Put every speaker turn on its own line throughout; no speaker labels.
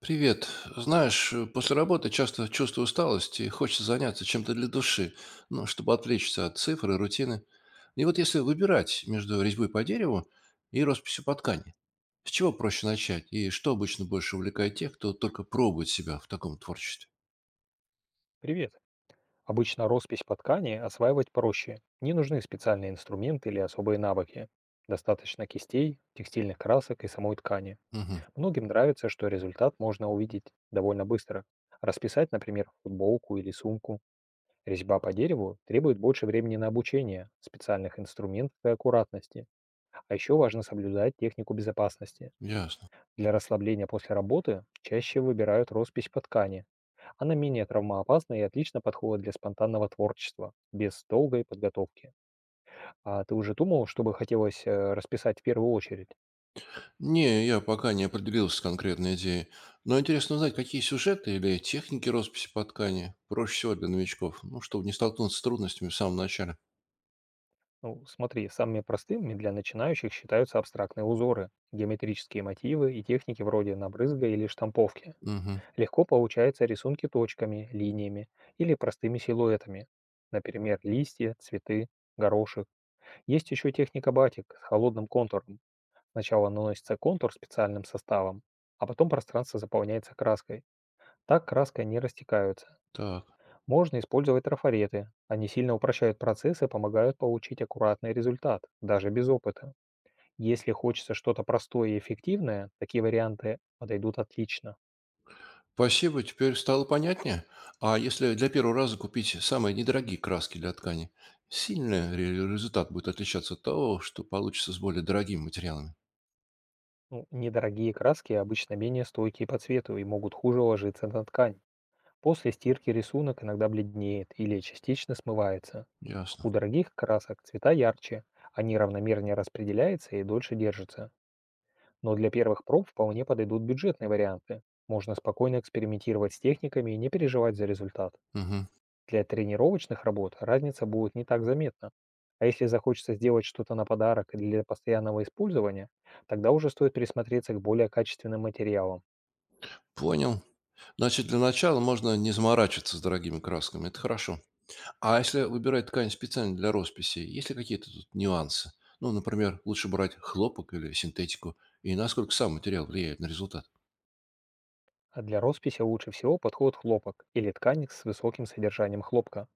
Привет. Знаешь, после работы часто чувствую усталость и хочется заняться чем-то для души, ну, чтобы отвлечься от цифр и рутины. И вот если выбирать между резьбой по дереву и росписью по ткани, с чего проще начать и что обычно больше увлекает тех, кто только пробует себя в таком творчестве?
Привет. Обычно роспись по ткани осваивать проще. Не нужны специальные инструменты или особые навыки. Достаточно кистей, текстильных красок и самой ткани.
Угу,
Многим нравится, что результат можно увидеть довольно быстро. Расписать, например, футболку или сумку. Резьба по дереву требует больше времени на обучение, специальных инструментов и аккуратности. А еще важно соблюдать технику безопасности.
ясно.
Для расслабления после работы чаще выбирают роспись по ткани, она менее травмоопасна и отлично подходит для спонтанного творчества, без долгой подготовки. А ты уже думал, что бы хотелось расписать в первую очередь?
Не, я пока не определился с конкретной идеей, но интересно узнать, какие сюжеты или техники росписи по ткани проще всего для новичков, ну, чтобы не столкнуться с трудностями в самом начале.
Ну, смотри, самыми простыми для начинающих считаются абстрактные узоры, геометрические мотивы и техники вроде набрызга или штамповки.
Угу,
Легко получаются рисунки точками, линиями или простыми силуэтами. Например, листья, цветы, горошек. Есть еще техника батик с холодным контуром, сначала наносится контур специальным составом, а потом пространство заполняется краской. Так краска не растекается.
так.
Можно использовать трафареты. Они сильно упрощают процесс и помогают получить аккуратный результат, даже без опыта. Если хочется что-то простое и эффективное, такие варианты подойдут отлично.
Спасибо, теперь стало понятнее. А если для первого раза купить самые недорогие краски для ткани, сильно ли результат будет отличаться от того, что получится с более дорогими материалами?
Ну, недорогие краски обычно менее стойкие по цвету и могут хуже ложиться на ткань. После стирки рисунок иногда бледнеет или частично смывается.
Ясно.
У дорогих красок цвета ярче, они равномернее распределяются и дольше держатся. Но для первых проб вполне подойдут бюджетные варианты. Можно спокойно экспериментировать с техниками и не переживать за результат.
Мгм.
Для тренировочных работ разница будет не так заметна. А если захочется сделать что-то на подарок или для постоянного использования, тогда уже стоит присмотреться к более качественным материалам.
Понял. Значит, для начала можно не заморачиваться с дорогими красками. Это хорошо. А если выбирать ткань специально для росписи, есть ли какие-то тут нюансы? Ну, например, лучше брать хлопок или синтетику, и насколько сам материал влияет на результат?
А для росписи лучше всего подходит хлопок или ткань с высоким содержанием хлопка.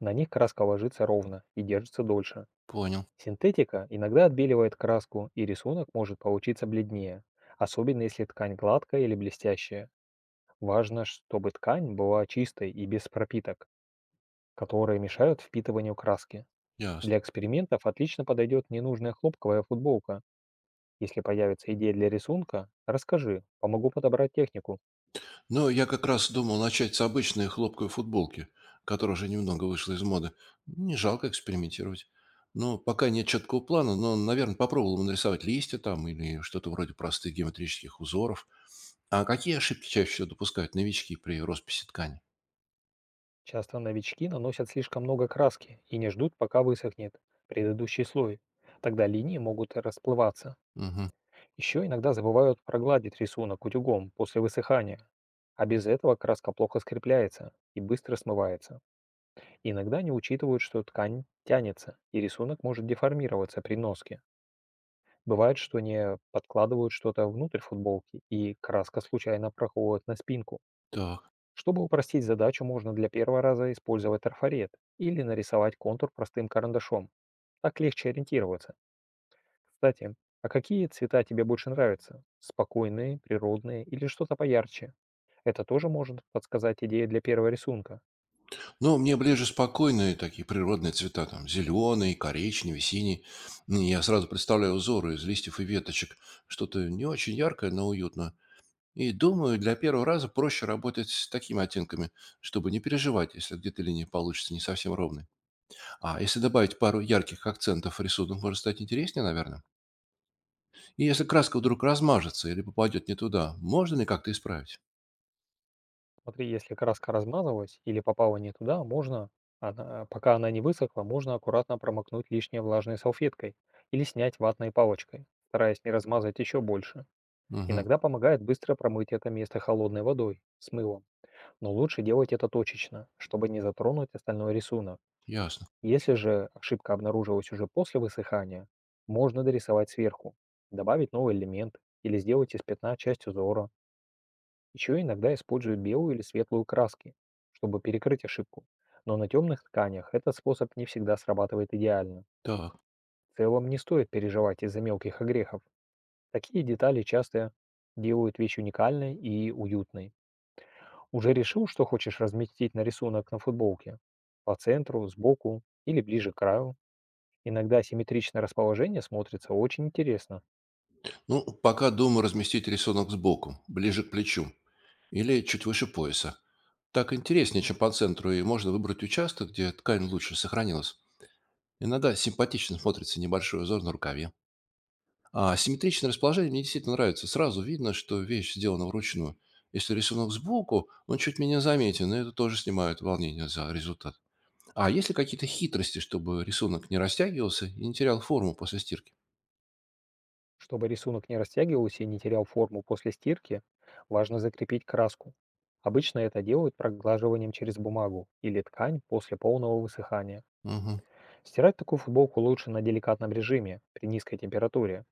На них краска ложится ровно и держится дольше.
Понял.
Синтетика иногда отбеливает краску, и рисунок может получиться бледнее, особенно если ткань гладкая или блестящая. Важно, чтобы ткань была чистой и без пропиток, которые мешают впитыванию краски.
Ясно.
Для экспериментов отлично подойдет ненужная хлопковая футболка. Если появится идея для рисунка, расскажи, помогу подобрать технику.
Ну, я как раз думал начать с обычной хлопковой футболки, которая уже немного вышла из моды. Не жалко экспериментировать. Ну, пока нет четкого плана, но, наверное, попробовал бы нарисовать листья там или что-то вроде простых геометрических узоров. А какие ошибки чаще всего допускают новички при росписи ткани?
Часто новички наносят слишком много краски и не ждут, пока высохнет предыдущий слой. Тогда линии могут расплываться.
Мгм.
Еще иногда забывают прогладить рисунок утюгом после высыхания, а без этого краска плохо скрепляется и быстро смывается. Иногда не учитывают, что ткань тянется, и рисунок может деформироваться при носке. Бывает, что не подкладывают что-то внутрь футболки, и краска случайно проходит на спинку.
Так.
Чтобы упростить задачу, можно для первого раза использовать трафарет или нарисовать контур простым карандашом. Так легче ориентироваться. Кстати, а какие цвета тебе больше нравятся? Спокойные, природные или что-то поярче? Это тоже может подсказать идею для первого рисунка.
Ну, мне ближе спокойные такие природные цвета, там, зеленый, коричневый, синий. Я сразу представляю узоры из листьев и веточек. Что-то не очень яркое, но уютное. И думаю, для первого раза проще работать с такими оттенками, чтобы не переживать, если где-то линия получится не совсем ровной. А если добавить пару ярких акцентов, рисунок может стать интереснее, наверное. И если краска вдруг размажется или попадет не туда, можно ли как-то исправить?
Смотри, если краска размазалась или попала не туда, можно, пока она не высохла, можно аккуратно промокнуть лишнее влажной салфеткой или снять ватной палочкой, стараясь не размазать еще больше.
Угу,
Иногда помогает быстро промыть это место холодной водой с мылом, но лучше делать это точечно, чтобы не затронуть остальной рисунок.
ясно.
Если же ошибка обнаружилась уже после высыхания, можно дорисовать сверху, добавить новый элемент или сделать из пятна часть узора. Еще иногда используют белую или светлую краски, чтобы перекрыть ошибку. Но на темных тканях этот способ не всегда срабатывает идеально.
Так.
В целом не стоит переживать из-за мелких огрехов. Такие детали часто делают вещь уникальной и уютной. Уже решил, что хочешь разместить на рисунок на футболке? По центру, сбоку или ближе к краю? Иногда симметричное расположение смотрится очень интересно.
Ну, пока думаю разместить рисунок сбоку, ближе к плечу или чуть выше пояса. Так интереснее, чем по центру, и можно выбрать участок, где ткань лучше сохранилась. Иногда симпатично смотрится небольшой узор на рукаве. А симметричное расположение мне действительно нравится. Сразу видно, что вещь сделана вручную. Если рисунок сбоку, он чуть менее заметен, и это тоже снимает волнение за результат. А есть ли какие-то хитрости, чтобы рисунок не растягивался и не терял форму после стирки?
Чтобы рисунок не растягивался и не терял форму после стирки, важно закрепить краску. Обычно это делают проглаживанием через бумагу или ткань после полного высыхания.
Угу,
Стирать такую футболку лучше на деликатном режиме при низкой температуре,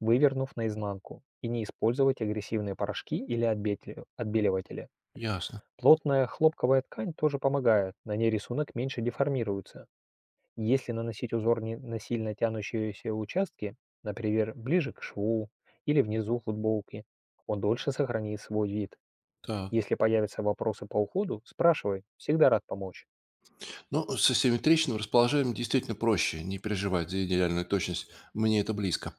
вывернув наизнанку, и не использовать агрессивные порошки или отбеливатели.
ясно.
Плотная хлопковая ткань тоже помогает, на ней рисунок меньше деформируется. Если наносить узор не на сильно тянущиеся участки, например, ближе к шву или внизу футболки, он дольше сохранит свой вид.
Так.
Если появятся вопросы по уходу, спрашивай, всегда рад помочь.
Ну, с асимметричным расположением действительно проще, не переживать за идеальную точность. Мне это близко.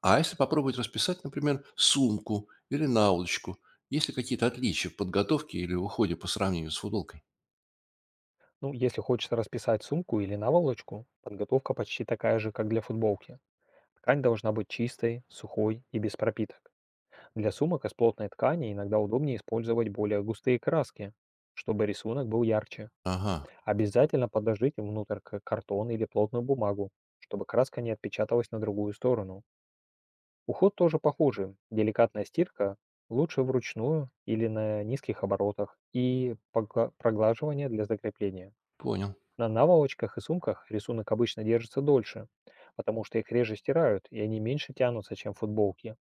А если попробовать расписать, например, сумку или наволочку? Есть ли какие-то отличия в подготовке или в уходе по сравнению с футболкой?
Ну, если хочется расписать сумку или наволочку, подготовка почти такая же, как для футболки. Ткань должна быть чистой, сухой и без пропиток. Для сумок из плотной ткани иногда удобнее использовать более густые краски, чтобы рисунок был ярче.
Ага,
Обязательно подложите внутрь картон или плотную бумагу, чтобы краска не отпечаталась на другую сторону. Уход тоже похожий. Деликатная стирка лучше вручную или на низких оборотах и проглаживание для закрепления.
понял.
На наволочках и сумках рисунок обычно держится дольше, потому что их реже стирают и они меньше тянутся, чем футболки.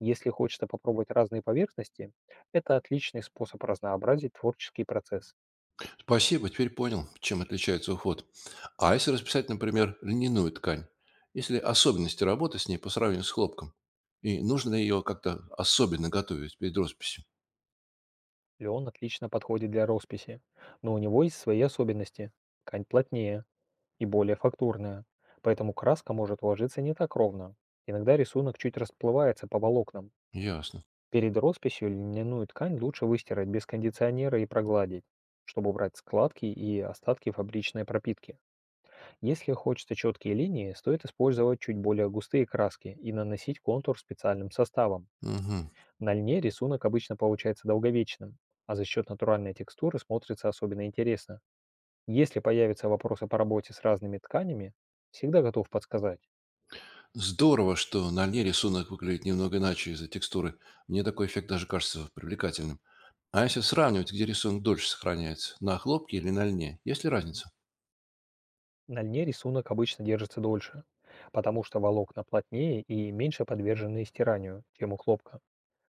Если хочется попробовать разные поверхности, это отличный способ разнообразить творческий процесс.
Спасибо, теперь понял, чем отличается уход. А если расписать, например, льняную ткань? Если особенности работы с ней по сравнению с хлопком? И нужно ли ее как-то особенно готовить перед росписью?
Леон отлично подходит для росписи, но у него есть свои особенности. Ткань плотнее и более фактурная, поэтому краска может ложиться не так ровно. Иногда рисунок чуть расплывается по волокнам.
Ясно.
Перед росписью льняную ткань лучше выстирать без кондиционера и прогладить, чтобы убрать складки и остатки фабричной пропитки. Если хочется четкие линии, стоит использовать чуть более густые краски и наносить контур специальным составом.
Мгм.
На льне рисунок обычно получается долговечным, а за счет натуральной текстуры смотрится особенно интересно. Если появятся вопросы по работе с разными тканями, всегда готов подсказать.
Здорово, что на льне рисунок выглядит немного иначе из-за текстуры. Мне такой эффект даже кажется привлекательным. А если сравнивать, где рисунок дольше сохраняется, на хлопке или на льне, есть ли разница?
На льне рисунок обычно держится дольше, потому что волокна плотнее и меньше подвержены стиранию, чем у хлопка.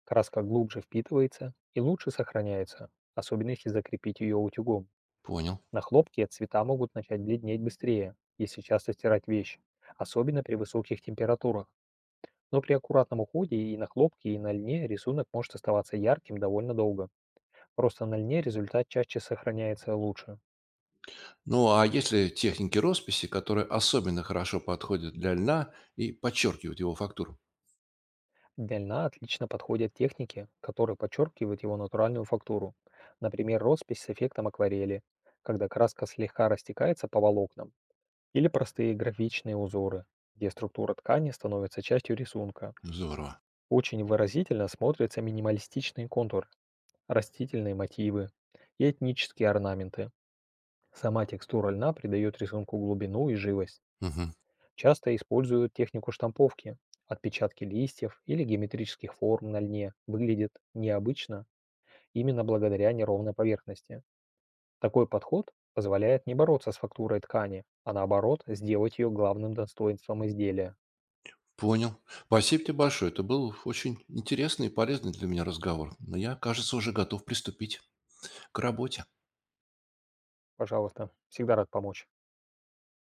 Краска глубже впитывается и лучше сохраняется, особенно если закрепить ее утюгом.
Понял.
На хлопке цвета могут начать бледнеть быстрее, если часто стирать вещь, особенно при высоких температурах. Но при аккуратном уходе и на хлопке, и на льне рисунок может оставаться ярким довольно долго. Просто на льне результат чаще сохраняется лучше.
Ну, а есть ли техники росписи, которые особенно хорошо подходят для льна и подчеркивают его фактуру?
Для льна отлично подходят техники, которые подчеркивают его натуральную фактуру. Например, роспись с эффектом акварели, когда краска слегка растекается по волокнам. Или простые графичные узоры, где структура ткани становится частью рисунка.
Здорово.
Очень выразительно смотрятся минималистичные контуры, растительные мотивы и этнические орнаменты. Сама текстура льна придает рисунку глубину и живость.
Мгм.
Часто используют технику штамповки. Отпечатки листьев или геометрических форм на льне выглядят необычно именно благодаря неровной поверхности. Такой подход позволяет не бороться с фактурой ткани, а наоборот сделать ее главным достоинством изделия.
Понял. Спасибо тебе большое. Это был очень интересный и полезный для меня разговор. Но я, кажется, уже готов приступить к работе.
Пожалуйста, всегда рад помочь.